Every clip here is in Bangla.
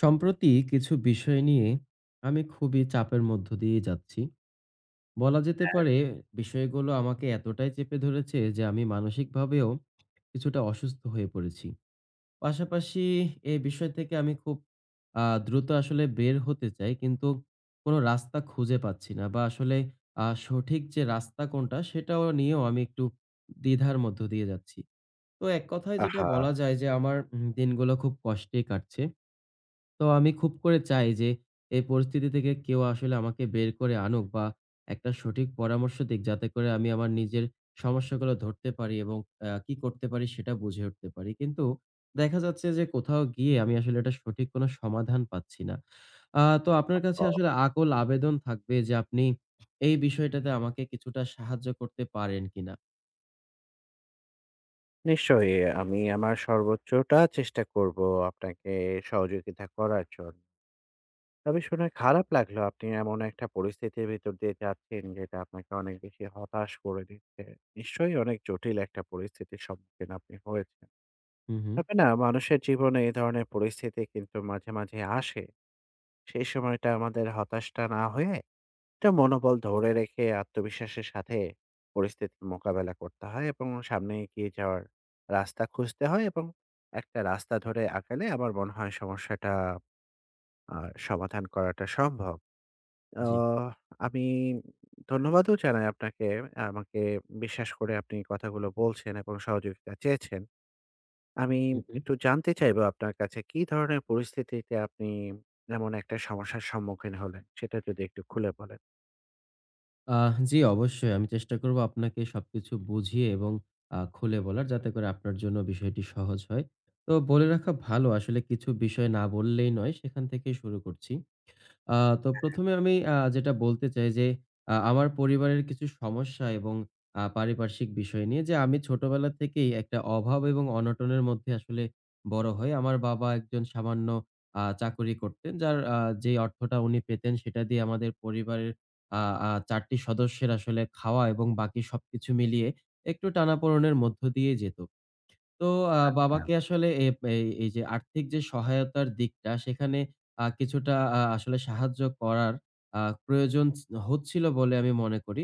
সম্প্রতি কিছু বিষয় নিয়ে আমি খুবই চাপের মধ্য দিয়ে যাচ্ছি। বলা যেতে পারে, বিষয়গুলো আমাকে এতটাই চেপে ধরেছে যে আমি মানসিকভাবেও কিছুটা অসুস্থ হয়ে পড়েছি। পাশাপাশি এ বিষয় থেকে আমি খুব দ্রুত আসলে বের হতে চাই, কিন্তু কোনো রাস্তা খুঁজে পাচ্ছি না বা আসলে সঠিক যে রাস্তা কোনটা সেটাও নিয়েও আমি একটু দ্বিধার মধ্য দিয়ে যাচ্ছি। তো এক কথায় যেটা আহা! বলা যায় যে আমার দিনগুলো খুব কষ্টে কাটছে। তো আমি খুব করে চাই যে এই পরিস্থিতি থেকে কেউ আসলে আমাকে বের করে আনুক বা একটা সঠিক পরামর্শ দিক, যাতে করে আমি আমার নিজের সমস্যাগুলো ধরতে পারি এবং কি করতে পারি সেটা বুঝে উঠতে পারি। কিন্তু দেখা যাচ্ছে যে কোথাও গিয়ে আমি আসলে এটা সঠিক কোনো সমাধান পাচ্ছি না। তো আপনার কাছে অ আসলে আকুল আবেদন থাকবে যে আপনি এই বিষয়টাতে আমাকে কিছুটা সাহায্য করতে পারেন কিনা। নিশ্চয়ই আমি আমার সর্বোচ্চটা চেষ্টা করব আপনাকে সহযোগিতা করার জন্য। তবে শুনে খারাপ লাগলো আপনি এমন একটা পরিস্থিতির ভিতর দিয়ে যাচ্ছেন যেটা আপনাকে অনেক বেশি হতাশ করে দিচ্ছে। নিশ্চয়ই অনেক জটিল একটা পরিস্থিতির সম্মুখীন আপনি হয়েছেন। হুম, হুম। তবে না মানুষের জীবনে এই ধরনের পরিস্থিতি কিন্তু মাঝে, মাঝে আসে। সেই সময়টা আমাদের হতাশটা না হয়ে একটা মনোবল ধরে রেখে আত্মবিশ্বাসের সাথে পরিস্থিতির মোকাবেলা করতে হয় এবং সামনে এগিয়ে যাওয়ার রাস্তা খুঁজতে হয় এবং একটা রাস্তা ধরে আগালে আমার মনে হয় সমস্যাটা সমাধান করাটা সম্ভব। জি। আহ, আমি ধন্যবাদও জানাই আপনাকে। আমাকে বিশ্বাস করে আপনি কথাগুলো বলছেন এবং সহযোগিতা চেয়েছেন। আমি হুম, হুম। একটু জানতে চাইবো আপনার কাছে কি ধরনের পরিস্থিতিতে আপনি এমন একটা সমস্যার সম্মুখীন হলেন? সেটা যদি একটু খুলে বলেন। জি, অবশ্যই। আমি চেষ্টা করব আপনাকে সবকিছু বুঝিয়ে এবং খুলে বলার, যাতে করে আপনার জন্য বিষয়টি সহজ হয়। তো বলে রাখা ভালো, আসলে কিছু বিষয় না বললেই নয়, সেখান থেকেই শুরু করছি। আ তো ১ম এ আমি যেটা বলতে চাই যে, আমার পরিবারের কিছু সমস্যা এবং পারিপার্শ্বিক বিষয় নিয়ে যে আমি ছোটবেলা থেকেই একটা অভাব এবং অনটনের মধ্যে আসলে বড় হই। আমার বাবা একজন সামান্য চাকুরি করতেন। যার যে অর্থটা উনি পেতেন সেটা দিয়ে আমাদের পরিবারের আ আ ৪টি সদস্যের আসলে খাওয়া এবং বাকি সবকিছু মিলিয়ে একটু টানাপোড়েনের মধ্য দিয়ে যেত। তো হ্যাঁ। বাবাকে আসলে এ এই এই যে আর্থিক যে সহায়তার দিকটা সেখানে কিছুটা আসলে সাহায্য করার আ প্রয়োজন হচ্ছিল বলে আমি মনে করি।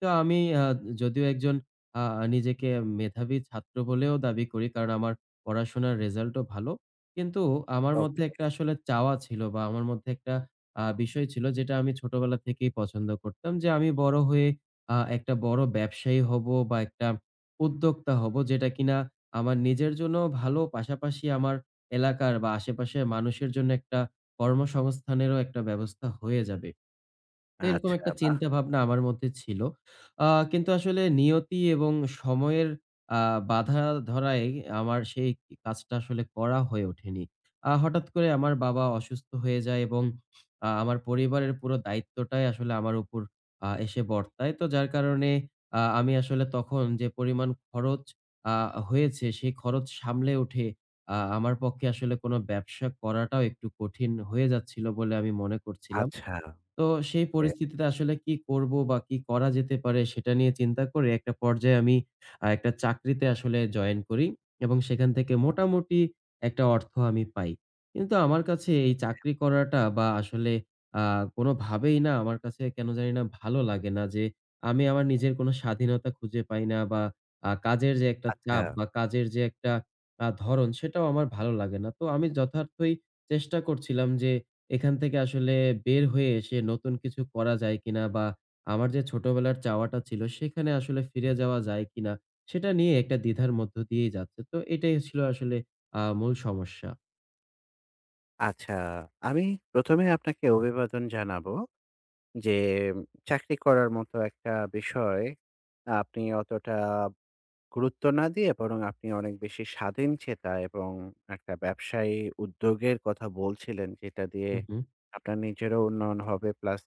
তো আমি যদিও একজন আ নিজেকে মেধাবী ছাত্র বলেও দাবি করি। কারণ আমার পড়াশোনার রেজাল্টও ভালো। কিন্তু আমার মধ্যে ওকে, একটা আসলে চাওয়া ছিল, বা আমার মধ্যে একটা বিষয় ছিল, যেটা আমি ছোটবেলা থেকেই পছন্দ করতাম, যে আমি বড় হয়ে একটা বড় ব্যবসায়ী হব বা একটা উদ্যোক্তা হব, যেটা কিনা আমার নিজের জন্যও ভালো, পাশাপাশি আমার এলাকার বা আশেপাশের মানুষের জন্য একটা কর্মসংস্থানেরও একটা ব্যবস্থা হয়ে যাবে। তো এরকম আচ্ছা একটা বাহ! চিন্তা ভাবনা আমার মধ্যে ছিল। আ কিন্তু আসলে নিয়তি এবং সময়ের আ বাধা ধরায় আমার সেই কাজটা আসলে করা হয়ে ওঠেনি। হঠাৎ করে আমার বাবা অসুস্থ হয়ে যায় এবং আমার পরিবারের পুরো দায়িত্বটাই আসলে আমার উপর এসে বর্তায়। তো যার কারণে আমি আসলে তখন যে পরিমাণ খরচ আ হয়েছে, সেই খরচ সামলে উঠে আমার পক্ষে আসলে কোন ব্যবসা করাটাও একটু কঠিন হয়ে যাচ্ছিল বলে আমি মনে করছিলাম। আচ্ছা, তো সেই এ পরিস্থিতিতে আসলে কি করব বা কি করা যেতে পারে সেটা নিয়ে চিন্তা করে একটা পর্যায়ে আমি একটা চাকরিতে আসলে জয়েন করি এবং সেখান থেকে মোটামুটি একটা অর্থ আমি পাই। কিন্তু আমার কাছে এই চাকরি করাটা বা আসলে আ কোনোভাবেই না আমার কাছে কেন জানি না ভালো লাগে না, যে আমি আমার নিজের কোনো স্বাধীনতা খুঁজে পাই না বা কাজের যে একটা আচ্ছা, চাপ বা কাজের যে একটা ধরন সেটাও আমার ভালো লাগে না। তো আমি যথার্থই চেষ্টা করছিলাম যে এখান থেকে আসলে বের হয়ে এসে নতুন কিছু করা যায় কিনা, বা আমার যে ছোটবেলার চাওয়াটা ছিল সেখানে আসলে ফিরে যাওয়া যায় কিনা, সেটা নিয়ে একটা দ্বিধার মধ্য দিয়েই যাচ্ছে। তো এটাই ছিল আসলে মূল সমস্যা। আচ্ছা। আমি ১ম এ আপনাকে অভিবাদন জানাবো যে উম, চাকরি করার মতো একটা বিষয় আপনি অতটা গুরুত্ব না দিয়ে বরং আপনি অনেক বেশি স্বাধীনচেতা এবং একটা ব্যবসায়ী উদ্যোগের কথা বলছিলেন যেটা দিয়ে হু, হু, আপনার নিজেরও উন্নয়ন হবে প্লাস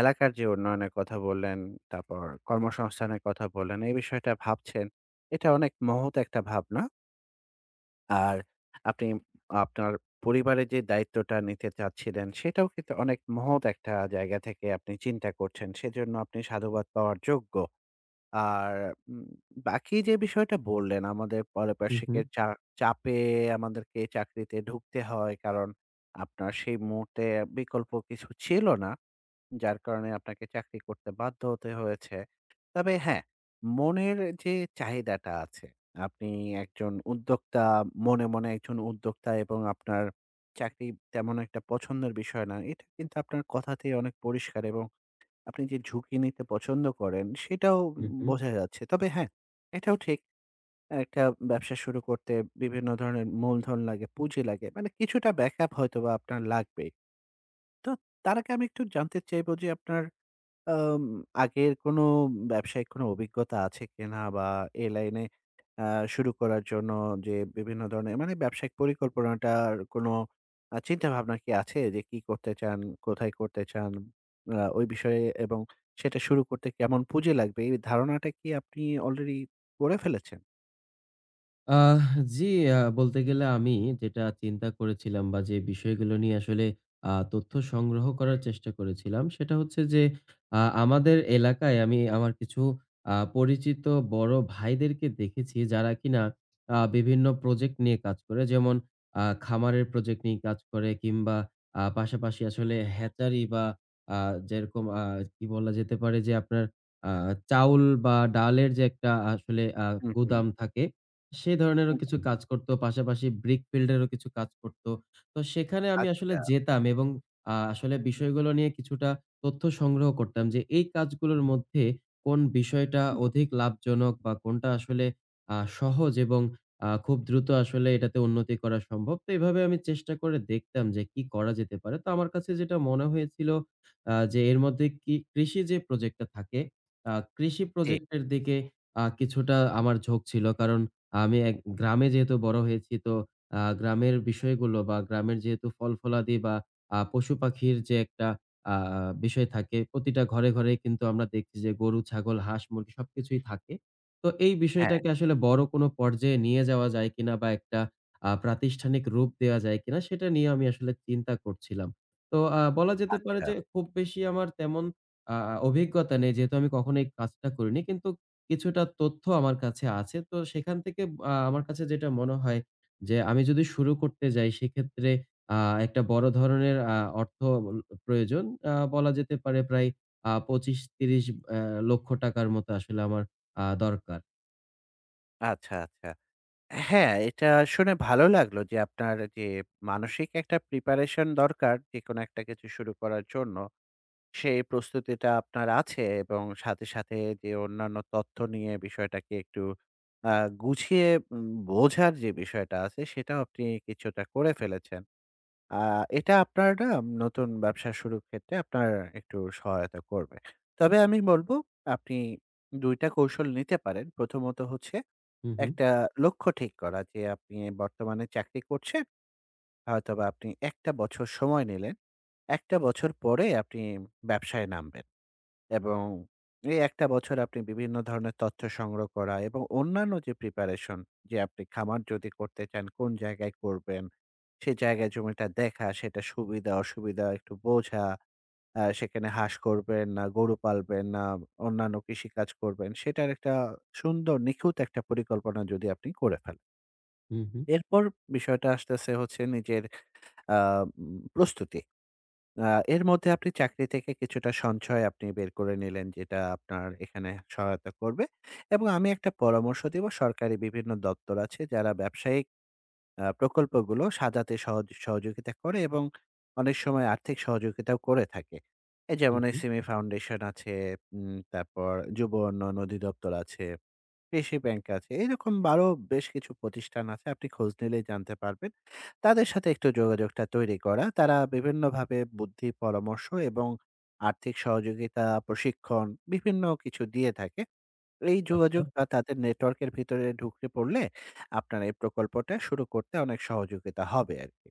এলাকার যে উন্নয়নের কথা বললেন, তারপর কর্মসংস্থানের কথা বললেন, এই বিষয়টা ভাবছেন। এটা অনেক মহৎ একটা ভাবনা। আর আপনি আপনার পরিবারের যে দায়িত্বটা নিতে চাচ্ছিলেন, সেটাও কিন্তু অনেক মহৎ একটা জায়গা থেকে আপনি চিন্তা করছেন। সেজন্য আপনি সাধুবাদ পাওয়ার যোগ্য। আর উম বাকি যে বিষয়টা বললেন, আমাদের হু, হু, পারিপার্শ্বিকের চাপে আমাদেরকে চাকরিতে ঢুকতে হয়। কারণ আপনার সেই মুহূর্তে বিকল্প কিছু ছিল না। যার কারণে আপনাকে চাকরি করতে বাধ্য হতে হয়েছে। তবে হ্যাঁ, মনের যে চাহিদাটা আছে, আপনি একজন উদ্যোক্তা, মনে, মনে একজন উদ্যোক্তা এবং আপনার চাকরি তেমন একটা পছন্দের বিষয় না। এটা কিন্তু আপনার কথাতেই অনেক পরিষ্কার এবং আপনি যে ঝুঁকি নিতে পছন্দ করেন, সেটাও হু, হু। বোঝা যাচ্ছে। তবে হ্যাঁ, এটাও ঠিক একটা ব্যবসা শুরু করতে বিভিন্ন ধরনের মূলধন লাগে, পুঁজি লাগে। মানে কিছুটা ব্যাকআপ হয়তোবা আপনার লাগবেই। তো তার আগে আমি একটু জানতে চাইবো যে আপনার আম আগের কোনো ব্যবসায়িক কোনো অভিজ্ঞতা আছে কিনা? বা এই লাইনে আ শুরু করার জন্য যে বিভিন্ন ধরনের মানে ব্যবসায়িক পরিকল্পনাটার কোনো চিন্তাভাবনা কি আছে? যে কি করতে চান? কোথায় করতে চান? ওই বিষয়ে এবং সেটা শুরু করতে কেমন পুঁজি লাগবে? এই ধারণাটা কি আপনি অলরেডি করে ফেলেছেন? আহ জি, বলতে গেলে আমি যেটা চিন্তা করেছিলাম বা যে বিষয়গুলো নিয়ে আসলে তথ্য সংগ্রহ করার চেষ্টা করেছিলাম, সেটা হচ্ছে যে আমাদের এলাকায় আমি আমার কিছু পরিচিত বড় ভাইদেরকে দেখেছি, যারা কিনা বিভিন্ন প্রজেক্ট নিয়ে কাজ করে। যেমন খামারের প্রজেক্ট নিয়ে কাজ করে, কিংবা পাশাপাশি আসলে হ্যাচারি, বা আ যেরকম কি বলা যেতে পারে যে আপনার আ চাউল বা ডালের যে একটা আসলে হুম, হুম। গুদাম থাকে, সেই ধরনেরও হুম, কিছু হুম, হুম। কাজ করত। পাশাপাশি ব্রিক ফিল্ডেরও কিছু কাজ করত। তো সেখানে আমি আসলে আচ্ছা। যেতাম এবং আসলে বিষয়গুলো নিয়ে কিছুটা তথ্য সংগ্রহ করতাম, যে এই কাজগুলোর মধ্যে কোন বিষয়টা হুম, অধিক লাভজনক, বা কোনটা আসলে সহজ এবং খুব দ্রুত আসলে এটাতে উন্নতি করা সম্ভব। তো এভাবে আমি চেষ্টা করে দেখতাম যে কি করা যেতে পারে। তো আমার কাছে যেটা মনে হয়েছিল, যে এর মধ্যে কি কৃষি যে প্রজেক্টটা থাকে, কৃষি ঠিক। প্রজেক্টের দিকে কিছুটা আমার ঝোঁক ছিল। কারণ আমি এক গ্রামে যেহেতু বড় হয়েছি, তো গ্রামের বিষয়গুলো বা গ্রামের যেহেতু ফল-ফলাদি বা পশু-পাখির যে একটা আ বিষয় থাকে প্রতিটা ঘরে, ঘরে, কিন্তু আমরা দেখছি যে গরু, ছাগল, হাঁস, মুরগি সবকিছুই থাকে। তো এই হ্যাঁ, বিষয়টাকে আসলে বড় কোনো পর্যায়ে নিয়ে যাওয়া যায় কিনা, বা একটা প্রাতিষ্ঠানিক রূপ দেওয়া যায় কিনা, সেটা নিয়ে আমি আসলে চিন্তা করছিলাম। তো বলা যেতে পারে আচ্ছা। যে খুব বেশি আমার তেমন আ অভিজ্ঞতা নেই, যেহেতু আমি কখনো এই কাজটা করিনি, কিন্তু কিছুটা তথ্য আমার কাছে আছে। তো সেখান থেকে আমার কাছে যেটা মনে হয় যে, আমি যদি শুরু করতে যাই সেক্ষেত্রে আ একটা বড় ধরনের অর্থ উল প্রয়োজন। বলা যেতে পারে প্রায় ২৫-৩০ লক্ষ টাকার মতো আসলে আমার দরকার। আচ্ছা, আচ্ছা। হ্যাঁ, এটা শুনে ভালো লাগলো যে আপনার যে মানসিক একটা প্রিপারেশন দরকার যেকোনো একটা কিছু শুরু করার জন্য। সেই প্রস্তুতিটা আপনার আছে এবং সাথে, সাথে যে অন্যান্য তথ্য নিয়ে বিষয়টাকে একটু আ গুছিয়ে বোঝার যে বিষয়টা আছে সেটাও আপনি কিছুটা করে ফেলেছেন। আ এটা আপনার না নতুন ব্যবসা শুরুর ক্ষেত্রে আপনার একটু সহায়তা করবে। তবে আমি বলব আপনি ২ টা কৌশল নিতে পারেন। প্রথমত হচ্ছে হু, হু, একটা লক্ষ্য ঠিক করা যে আপনি বর্তমানে চাকরি করছেন। হয়তোবা আপনি ১ টা বছর সময় নিলেন। ১ টা বছর পরে আপনি ব্যবসায় নামবেন এবং এই ১ টা বছর আপনি বিভিন্ন ধরনের তথ্য সংগ্রহ করা এবং অন্যান্য যে প্রিপারেশন যে আপনি খামার যদি করতে চান, কোন জায়গায় করবেন? সে জায়গায় জমিটা দেখা, সেটা সুবিধা অসুবিধা একটু বোঝা, সেখানে হাঁস করবেন না গরু পালবেন না অন্যান্য কৃষিকাজ করবেন, সেটার একটা সুন্দর নিখুঁত একটা পরিকল্পনা যদি আপনি করে ফেলেন। হু, হু, এরপর বিষয়টা আসতেছে হচ্ছে নিজের আ প্রস্তুতি। আ এর মধ্যে আপনি চাকরি থেকে কিছুটা সঞ্চয় আপনি বের করে নিলেন যেটা আপনার এখানে সহায়তা করবে এবং আমি একটা পরামর্শ দিব সরকারি বিভিন্ন দপ্তর আছে যারা ব্যবসায়িক প্রকল্পগুলো সাজাতে সহজ সহযোগিতা করে এবং অনেক সময় আর্থিক সহযোগিতাও করে থাকে। এই হু, যেমন হু। এসিমি ফাউন্ডেশন আছে, তারপর যুব উন্নয়ন অধিদপ্তর আছে। কৃষি ব্যাংক আছে। এরকম আরো বেশ কিছু প্রতিষ্ঠান আছে। আপনি খোঁজ নিলেই জানতে পারবেন। তাদের সাথে একটু যোগাযোগটা তৈরি করা। তারা বিভিন্নভাবে বুদ্ধি পরামর্শ এবং আর্থিক সহযোগিতা, প্রশিক্ষণ বিভিন্ন কিছু দিয়ে থাকে। এই আচ্ছা। যোগাযোগ বা তাদের নেটওয়ার্কের ভিতরে ঢুকে পড়লে আপনার এই প্রকল্পটা শুরু করতে অনেক সহযোগিতা হবে আরকি।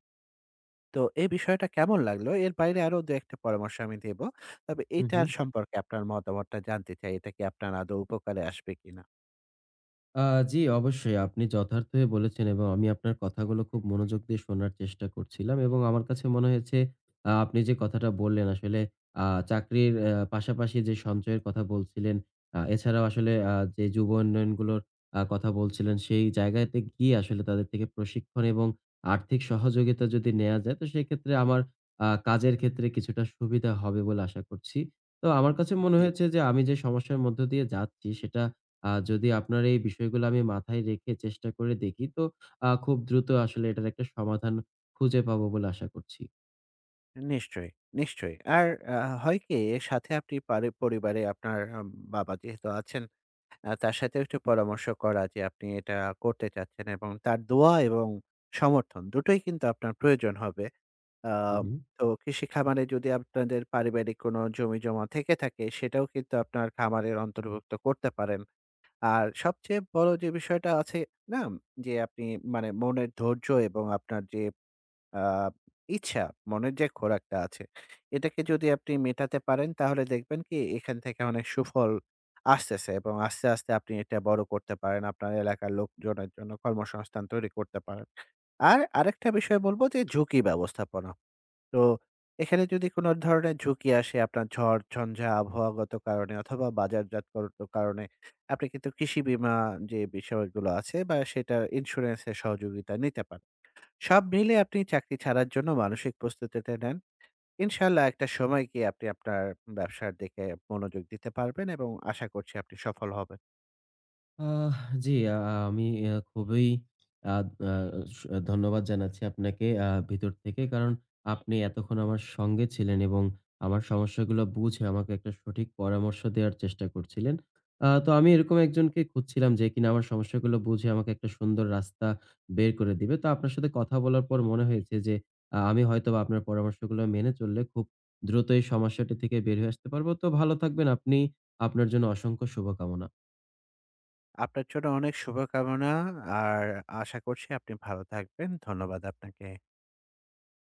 তো এই বিষয়টা কেমন লাগলো? এর বাইরে আরো ২-১ টা পরামর্শ আমি দেব। তবে হু, হু। এটার সম্পর্কে আপনার মতামতটা জানতে চাই। এটা কি আপনার আদৌ উপকারে আসবে কিনা? আ জি, অবশ্যই। আপনি যথার্থই বলেছেন এবং আমি আপনার কথাগুলো খুব মনোযোগ দিয়ে শোনার চেষ্টা করছিলাম এবং আমার কাছে মনে হয়েছে, আপনি যে কথাটা বললেন আসলে আ চাকরির পাশাপাশি যে সঞ্চয়ের কথা বলছিলেন, এছাড়াও আসলে যে যুব উন্নয়নগুলোর কথা বলছিলেন, সেই জায়গাতে গিয়ে আসলে তাদের থেকে প্রশিক্ষণ এবং আর্থিক সহযোগিতা যদি নেয়া যায়, তো সেক্ষেত্রে আমার কাজের ক্ষেত্রে কিছুটা সুবিধা হবে বলে আশা করছি। তো আমার কাছে মনে জি। হয়েছে যে আমি যে সমস্যার মধ্য দিয়ে যাচ্ছি সেটা যদি আপনার এই বিষয়গুলো আমি মাথায় রেখে চেষ্টা করে দেখি, তো খুব দ্রুত আসলে এটার একটা সমাধান খুঁজে পাবো বলে আশা করছি। নিশ্চয়ই, নিশ্চয়ই। আর আ হয় কি এর সাথে আপনি পারি পরিবারে আপনার বাবা যেহেতু আছেন, তার সাথেও একটু পরামর্শ করা যে আপনি এটা করতে চাচ্ছেন এবং তার দোয়া এবং সমর্থন দুটোই কিন্তু আপনার প্রয়োজন হবে। আ হুম। তো কৃষি খামারে যদি আপনাদের পারিবারিক কোনো জমিজমা থেকে থাকে সেটাও কিন্তু আপনার খামারের অন্তর্ভুক্ত করতে পারেন। আর সবচেয়ে বড় যে বিষয়টা আছে না? যে আপনি মানে মনের ধৈর্য এবং আপনার যে আ ইচ্ছা, মনের যে খোরাকটা আছে, এটাকে যদি আপনি মেটাতে পারেন তাহলে দেখবেন কি এখান থেকে অনেক সুফল আসতেছে এবং আস্তে, আস্তে আপনি এটা বড় করতে পারেন। আপনার এলাকার লোকজনের জন্য কর্মসংস্থান তৈরি করতে পারেন। আর আরেকটা বিষয় বলব যে ঝুঁকি ব্যবস্থাপনা। তো এখানে যদি কোন ধরনের ঝুঁকি আসে আপনার ঝড়, ঝঞ্ঝা, আবহাওয়াগত কারণে অথবা বাজারজাতকরণের কারণে আপনি কিন্তু কৃষি বীমা যে বিষয়গুলো আছে বা সেটার ইন্সুরেন্স এর সহযোগিতা নিতে পারেন। সব মিলে আপনি চাকরি ছাড়ার জন্য মানসিক প্রস্তুতিটা নেন। ইনশাআল্লাহ একটা সময় গিয়ে আপনি আপনার ব্যবসার দিকে মনোযোগ দিতে পারবেন এবং আশা করছি আপনি সফল হবেন। আহ জি, আ আমি খুবই আ আ স ধন্যবাদ জানাচ্ছি আপনাকে ভিতর থেকে। কারণ আপনি এতক্ষণ আমার সঙ্গে ছিলেন এবং আমার সমস্যাগুলো বুঝে আমাকে একটা সঠিক পরামর্শ দেওয়ার চেষ্টা করছিলেন। তো আমি এরকম একজনকে খুঁজছিলাম যে কিনা আমার সমস্যাগুলো বুঝে আমাকে একটা সুন্দর রাস্তা বের করে দিবে। তো আপনার সাথে কথা বলার পর মনে হয়েছে যে আমি হয়তোবা আপনার পরামর্শগুলো মেনে চললে খুব দ্রুত এই সমস্যাটি থেকে বের হয়ে আসতে পারবো। তো ভালো থাকবেন আপনি। আপনার জন্য অসংখ্য শুভকামনা। আপনার জন্য অনেক শুভকামনা আর আশা করছি আপনি ভালো থাকবেন। ধন্যবাদ আপনাকে।